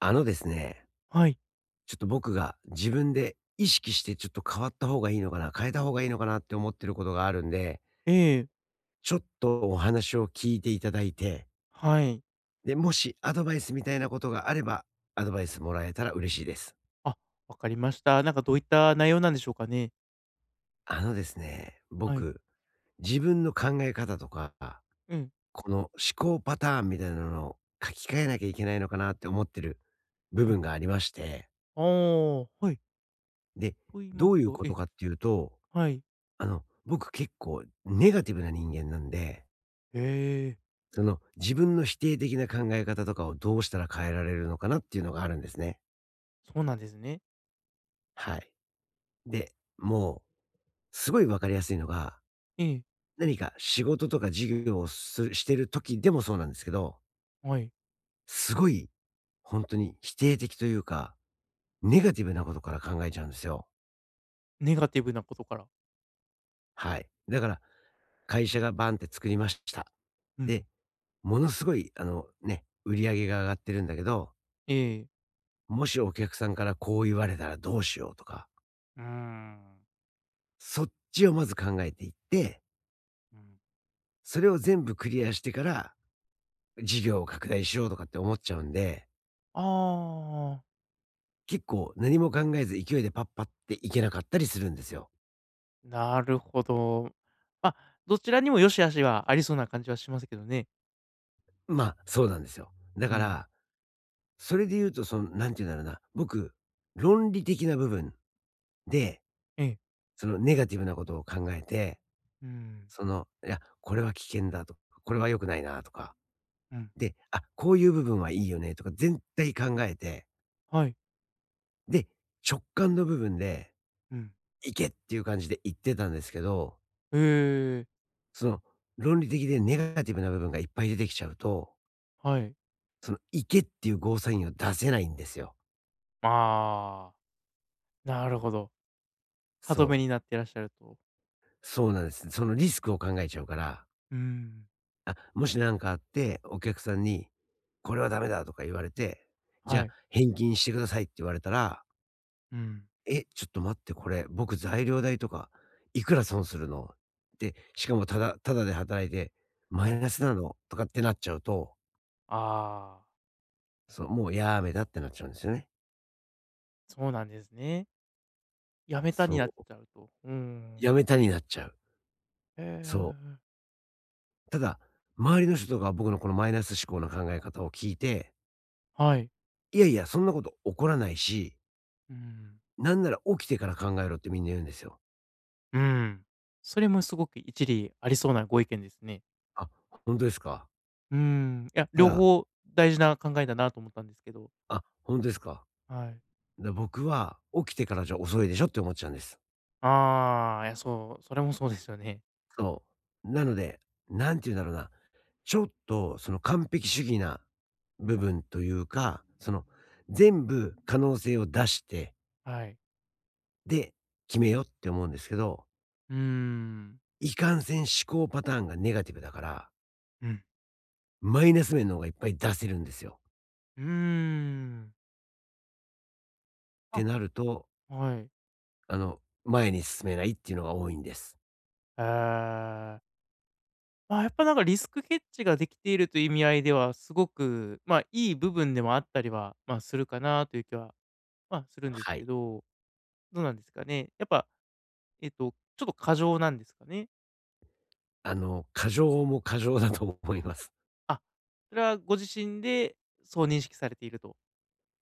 あのですね、はい。ちょっと僕が自分で意識してちょっと変わった方がいいのかな、変えた方がいいのかなって思ってることがあるんで、ええ、ちょっとお話を聞いていただいて、はい。で、もしアドバイスみたいなことがあれば、アドバイスもらえたら嬉しいです。あ、わかりました。なんかどういった内容なんでしょうかね？はい。僕、自分の考え方とか、うん、この思考パターンみたいなのを書き換えなきゃいけないのかなって思ってる部うん。分がありまして、ああ、はい。で、と言いまどうすいうとこえとえ、かっていうと、はい。僕結構ネガティブな人間なんで、へえ、その自分の否定的な考え方とかをどうしたら変えられるのかなっていうのがあるんですね。そうなんですね。はい。で、もう、すごいわかりやすいのが、ええ、何か仕事とか事業をしてる時でもそうなんですけど、はい。すごい、本当に否定的というか、ネガティブなことから考えちゃうんですよ。ネガティブなことから。はい。だから、会社がバンって作りました。うん。で、ものすごい売り上げが上がってるんだけど、ええ。もしお客さんからこう言われたらどうしようとか、うーん、そっちをまず考えていって、うん。それを全部クリアしてから、事業を拡大しようとかって思っちゃうんで、ああ、結構何も考えず勢いでパッパっていけなかったりするんですよ。なるほど。ま、どちらにも良し悪しはありそうな感じはしますけどね。まあ、そうなんですよ。だうかん。ら、それで言うと、その、なんて言うんだろうな、僕、論理的な部分で、ええ、そのネガティブなことを考えて、うん、その、いや、これは危険だと、これは良くないなとか、うん。で、あ、こういう部分はいいよねとか、全体考えて、はい。で、直感の部分で、うん。行けっていう感じで言ってたんですけど、へえ、その、論理的でネガティブな部分がいっぱい出てきちゃうと、はい。その行けっていうゴーサインを出せないんですよ。ああ。なるほど。歯止めそにう。なってらっしゃると。そうなんです。そのリスクを考えちゃうから、うーん。あ、もしなんかあって、お客さんに、これはダメだとか言われて、じはゃあい。返金してくださいって言われたら、うん。え、ちょっと待って、これ、僕材料代とか、いくら損するの？で、しかもただただで働いて、マはイい。ナスなの？とかってなっちゃうと、ああ、そう、もうやめたってなっちゃうんですよね。そうなんですね。やめたにそなっう、ちゃうと。うーん。やめたになっちゃう。へそう。え、ただ、周りの人とか僕のこのマイナス思考な考え方を聞いて、はい。いやいや、そんなこと起こらないし、うん。なんなら起きてから考えろってみんな言うんですよ。うん。それもすごく一理ありそうなご意見ですね。あ、本当ですか。うーん。いや、た両だ、方大事な考えだなと思ったんですけど。あ、本当ですか。はい。だ、僕は起きてからじゃ遅いでしょって思っちゃうんです。ああ、いや、そう、それもそうですよね。そう。なので、なんて言うんだろうな、ちょっとその完璧主義なう部ん。分というか、その全部可能性を出して、はい。で、決めようって思うんですけど、うーん。いかんせん思考パターンがネガティブだから、うん。マイナス面の方がいっぱい出せるんですよ。っうーん。あ、てなると、はい。前に進めないっていうのが多いんです。ええ。まあ、やっぱなんかリスクヘッジができているという意味合いでは、すごく、まあ、いい部分でもあったりは、まあ、するかなという気は、まあ、するんですはけい。ど、どうなんですかね。やっぱ、ちょっと過剰なんですかね。過剰も過剰だと思います。あ、それはご自身でそう認識されていると。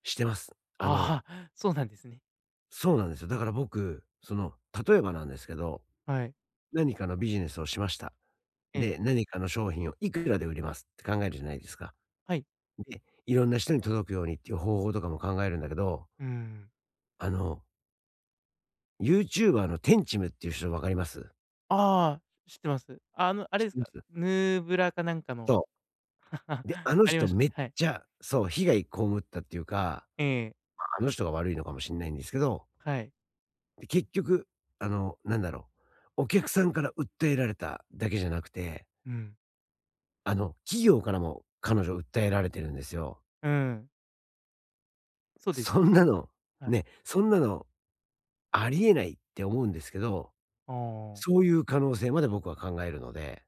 してます。ああ、そうなんですね。そうなんですよ。だから僕、その、例えばなんですけど、はい。何かのビジネスをしました。えで、え。何かの商品をいくらで売りますって考えるじゃないですか。はい。で、いろんな人に届くようにっていう方法とかも考えるんだけど、うん。あの、ユーチューバーのテンチムっていう人分かります？ああ、知ってます。あの、あ知れっですてまか、す？ヌーブラかなんかの、そ う。で、あのありま人したね。めっはい。ちゃそう、被害被ったっていうか、ええ、あの人が悪いのかもしんないんですけど、はい。で、結局、あの、なんだろお客さんから訴えられただけじゃなくて、うん。企業からも彼女訴えられてるんですよ。うん。そうですそよんね。なの、はい。ね、そんなのありえないって思うんですけど、ああ。そういう可能性まで僕は考えるので、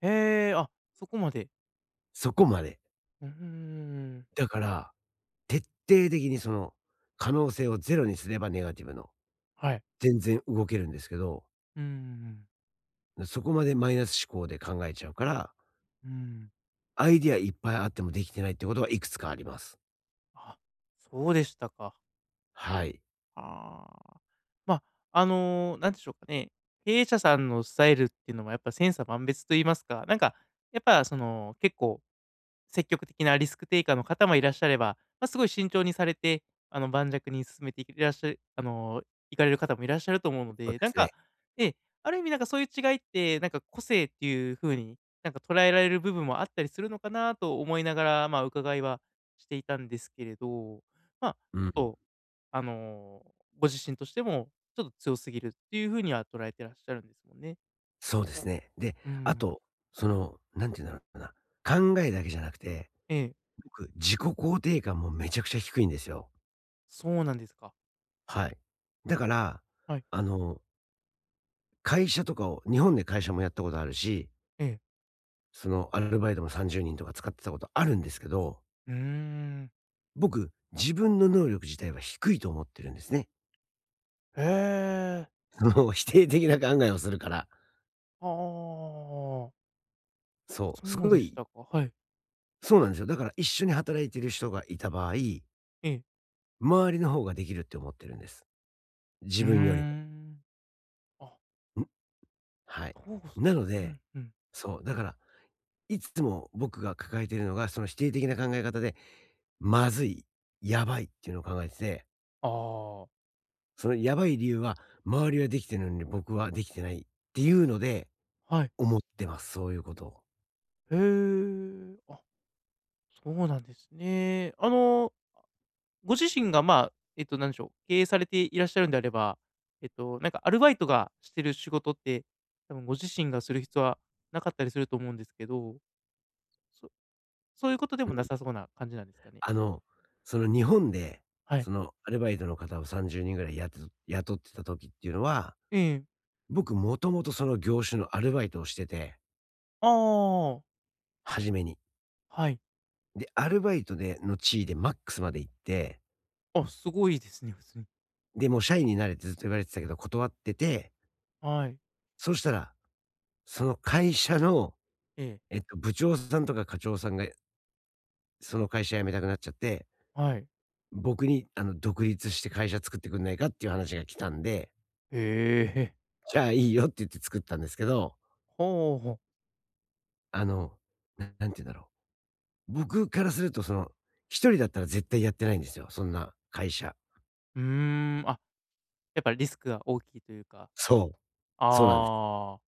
へえ、あ、そこまで。そこまで。うーん。だから、徹底的にその可能性をゼロにすればネガティブの、はい。全然動けるんですけど、うーん、そこまでマイナス思考で考えちゃうから、うん。アイディアいっぱいあってもできてないってことはいくつかあります。あ、そうでしたか。はい。ああ。まあ、あの、なんでしょうかね、経営者さんのスタイルっていうのはやっぱ千差万別と言いますか、なんか、やっぱその、結構積極的なリスクテイカーの方もいらっしゃれば、まあ、すごい慎重にされて、あの、盤石に進めていらっしゃるあの、いかれる方もいらっしゃると思うのそうで、でなんすね。か、ええ、ある意味なんかそういう違いって、なんか個性っていう風に、なんか捉えられる部分もあったりするのかなと思いながら、まあ、伺いはしていたんですけれど、まあ、うちょっん。と、あの、ご自身としても、ちょっと強すぎるっていう風には捉えてらっしゃるんですもんね。そうですね。で、うあん。と、その、なんて言うんだろうな、考えだけじゃなくて、ええ、僕、自己肯定感もめちゃくちゃ低いんですよ。そうなんですか。はい。だから、はい。あの、会社とかを日本で会社もやったことあるし、ええ。そのアルバイトも30人とか使ってたことあるんですけど、うーん。僕、自分の能力自体は低いと思ってるんですね。へえ。その 否定的な考えをするから。ああああああああ。そそう、すうごでしい、たか。はい。そうなんですよ。だから一緒に働いてる人がいた場合、ええ。周りの方ができるって思ってるんです。自うー分よりん。あ、も。はい。そうすなのうで、んうん。そう、だから、いつも僕が抱えているのが、その否定的な考え方で、まずい、やばいっていうのを考えてて、ああ、そのやばい理由は、周りはできてるのに僕はできてないっていうので、はい。思ってます、そういうことを。へえ。あ、そうなんですね。あの、ご自身が、まあ、なんでしょう、経営されていらっしゃるんであれば、えっと、なんかアルバイトがしてる仕事って、多分ご自身がする必要はなかったりすると思うんですけど、そそういうことでうもなん。さそうな感じなんですかね？あの、その日本で、はい。そのアルバイトの方を30人ぐらいやって雇ってた時っていうのは、ええ。僕もともとその業種のアルバイトをしてて、ああ、初めに。はい。で、アルバイトでの地位でマックスまで行って、あ、すごいですね、普通に。で、もう社員になれってずっと言われてたけど断ってて、はい。そしたら、その会社の、ええ。部長さんとか課長さんがその会社辞めたくなっちゃって、はい。僕に独立して会社作ってくんないかっていう話が来たんで、へえ。じゃあいいよって言って作ったんですけど、ほうほう。あの、ななんて言うんだろう。僕からするとその、一人だったら絶対やってないんですよ、そんな会社。うーん、あ、やっぱリスクが大きいというか。そう、そうなんです。ああ。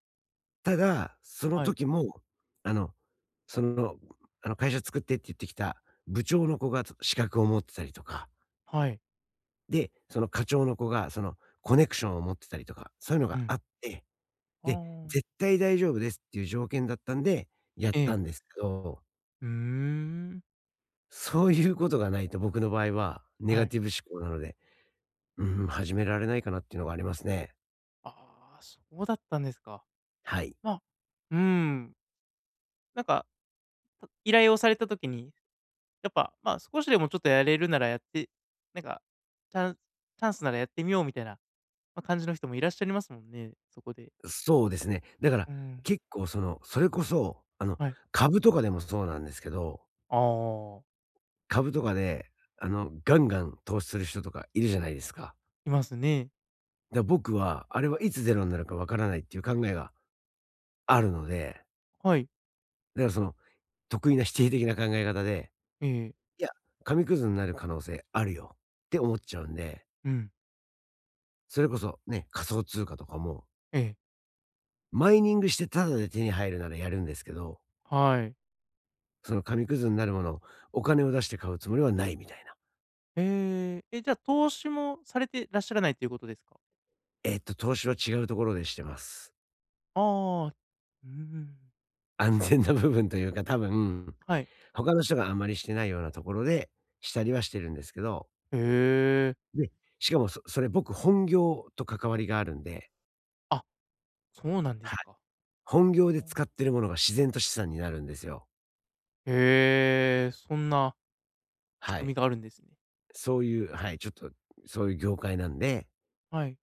ただ、そのはい。時も、あの、その、あの会社作ってって言ってきた部長の子が資格を持ってたりとか、はい。で、その課長の子がそのコネクションを持ってたりとか、そういうのうがあん。って、あで、絶あ。対大丈夫ですっていう条件だったんで、やっえたえ。んですけど、うーん。そういうことがないと僕の場合はネはガい。ティブ思考なので、うーん、始められないかなっていうのがありますね。ああ、そうだったんですか。はい。まあ、うーん、なんか、依頼をされた時に、やっぱ、まあ、少しでもちょっとやれるならやって、なんか、チャンチャンスならやってみようみたいな、ま、感じの人もいらっしゃいますもんね、そこで。そうですね。だからうん、結構その、それこそ、はい。株とかでもそうなんですけど、ああ、株とかで、ガンガン投資する人とかいるじゃないですか。いますね。だから僕は、あれはいつゼロになるかわからないっていう考えがあるので、はい。だからその、得意な否定的な考え方で、ええ。いや、紙くずになる可能性あるよって思っちゃうんで、うん。それこそね、仮想通貨とかも、ええ。マイニングしてタダで手に入るならやるんですけど、はい。その紙くずになるものをお金を出して買うつもりはないみたいな。ええ、え、じゃあ、投資もされてらっしゃらないということですか？投資は違うところでしてます。ああ、うーん。安全な部分というか、多分、はい。他の人があんまりしてないようなところでしたりはしてるんですけど、へえ。で、しかもそれ僕本業と関わりがあるんで、あ、そうなんですはい。か。本業で使ってるものが自然と資産になるんですよ。へえ、そんな仕は組みい。があるんですね。そういう、はい、ちょっと、そういう業界なんで、はい。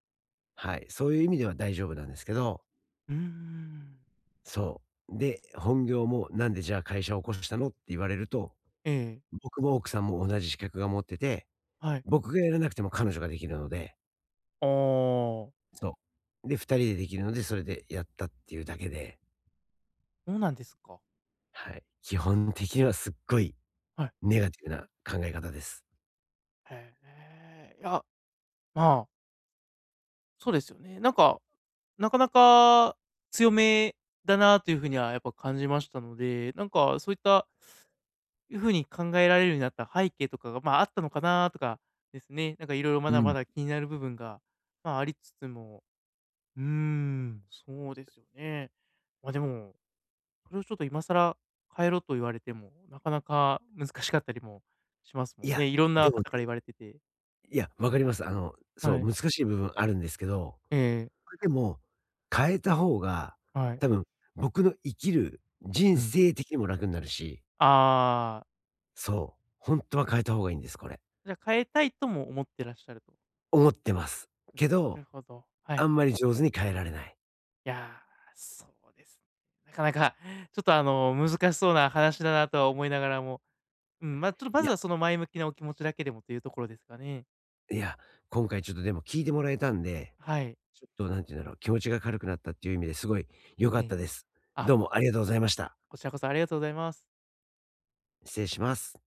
はい、そういう意味では大丈夫なんですけど、うーん。そう。で、本業もなんでじゃあ会社を起こしたのって言われると、ええ、僕も奥さんも同じ資格が持ってて、はい。僕がやらなくても彼女ができるので、ああ、そう。で、二人でできるので、それでやったっていうだけで、そうなんですか。はい。基本的にはすっごいはい。ネガティブな考え方です。へえ。いや、まあそうですよね。なんか、なかなか強めだなというふうにはやっぱ感じましたので、なんかそういったいう風に考えられるようになった背景とかが、まあ、あったのかなとかですね。なんかいろいろまうだまん。だ気になる部分が、まあ、ありつつも、うーん、そうですよね。まあ、でも、それをちょっと今更変えろと言われても、なかなか難しかったりもしますいもんや、ね。いろんなでもね、方から言われてて。いや、わかります。そはう、い。難しい部分あるんですけど、ええ、それでも、変えた方が、はい。多分僕の生きる人うん。生的にも楽になるし、ああ。そう、ほんとは変えた方がいいんです、これ。じゃ、変えたいとも思ってらっしゃると。思ってます。けなど、るほど、はい。あんまり上手に変えられない。いやー、そうですね。なかなかちょっと、あの、難しそうな話だなとは思いながらも、うん、まあ、ちょっとまいずや、はその前向きなお気持ちだけでもというところですかね。いや、今回ちょっとでも聞いてもらえたんで、はい。ちょっと何て言うんだろう、気持ちが軽くなったっていう意味ですごい良かえっえ。たです。あ、どうもありがとうございました。こちらこそありがとうございます。失礼します。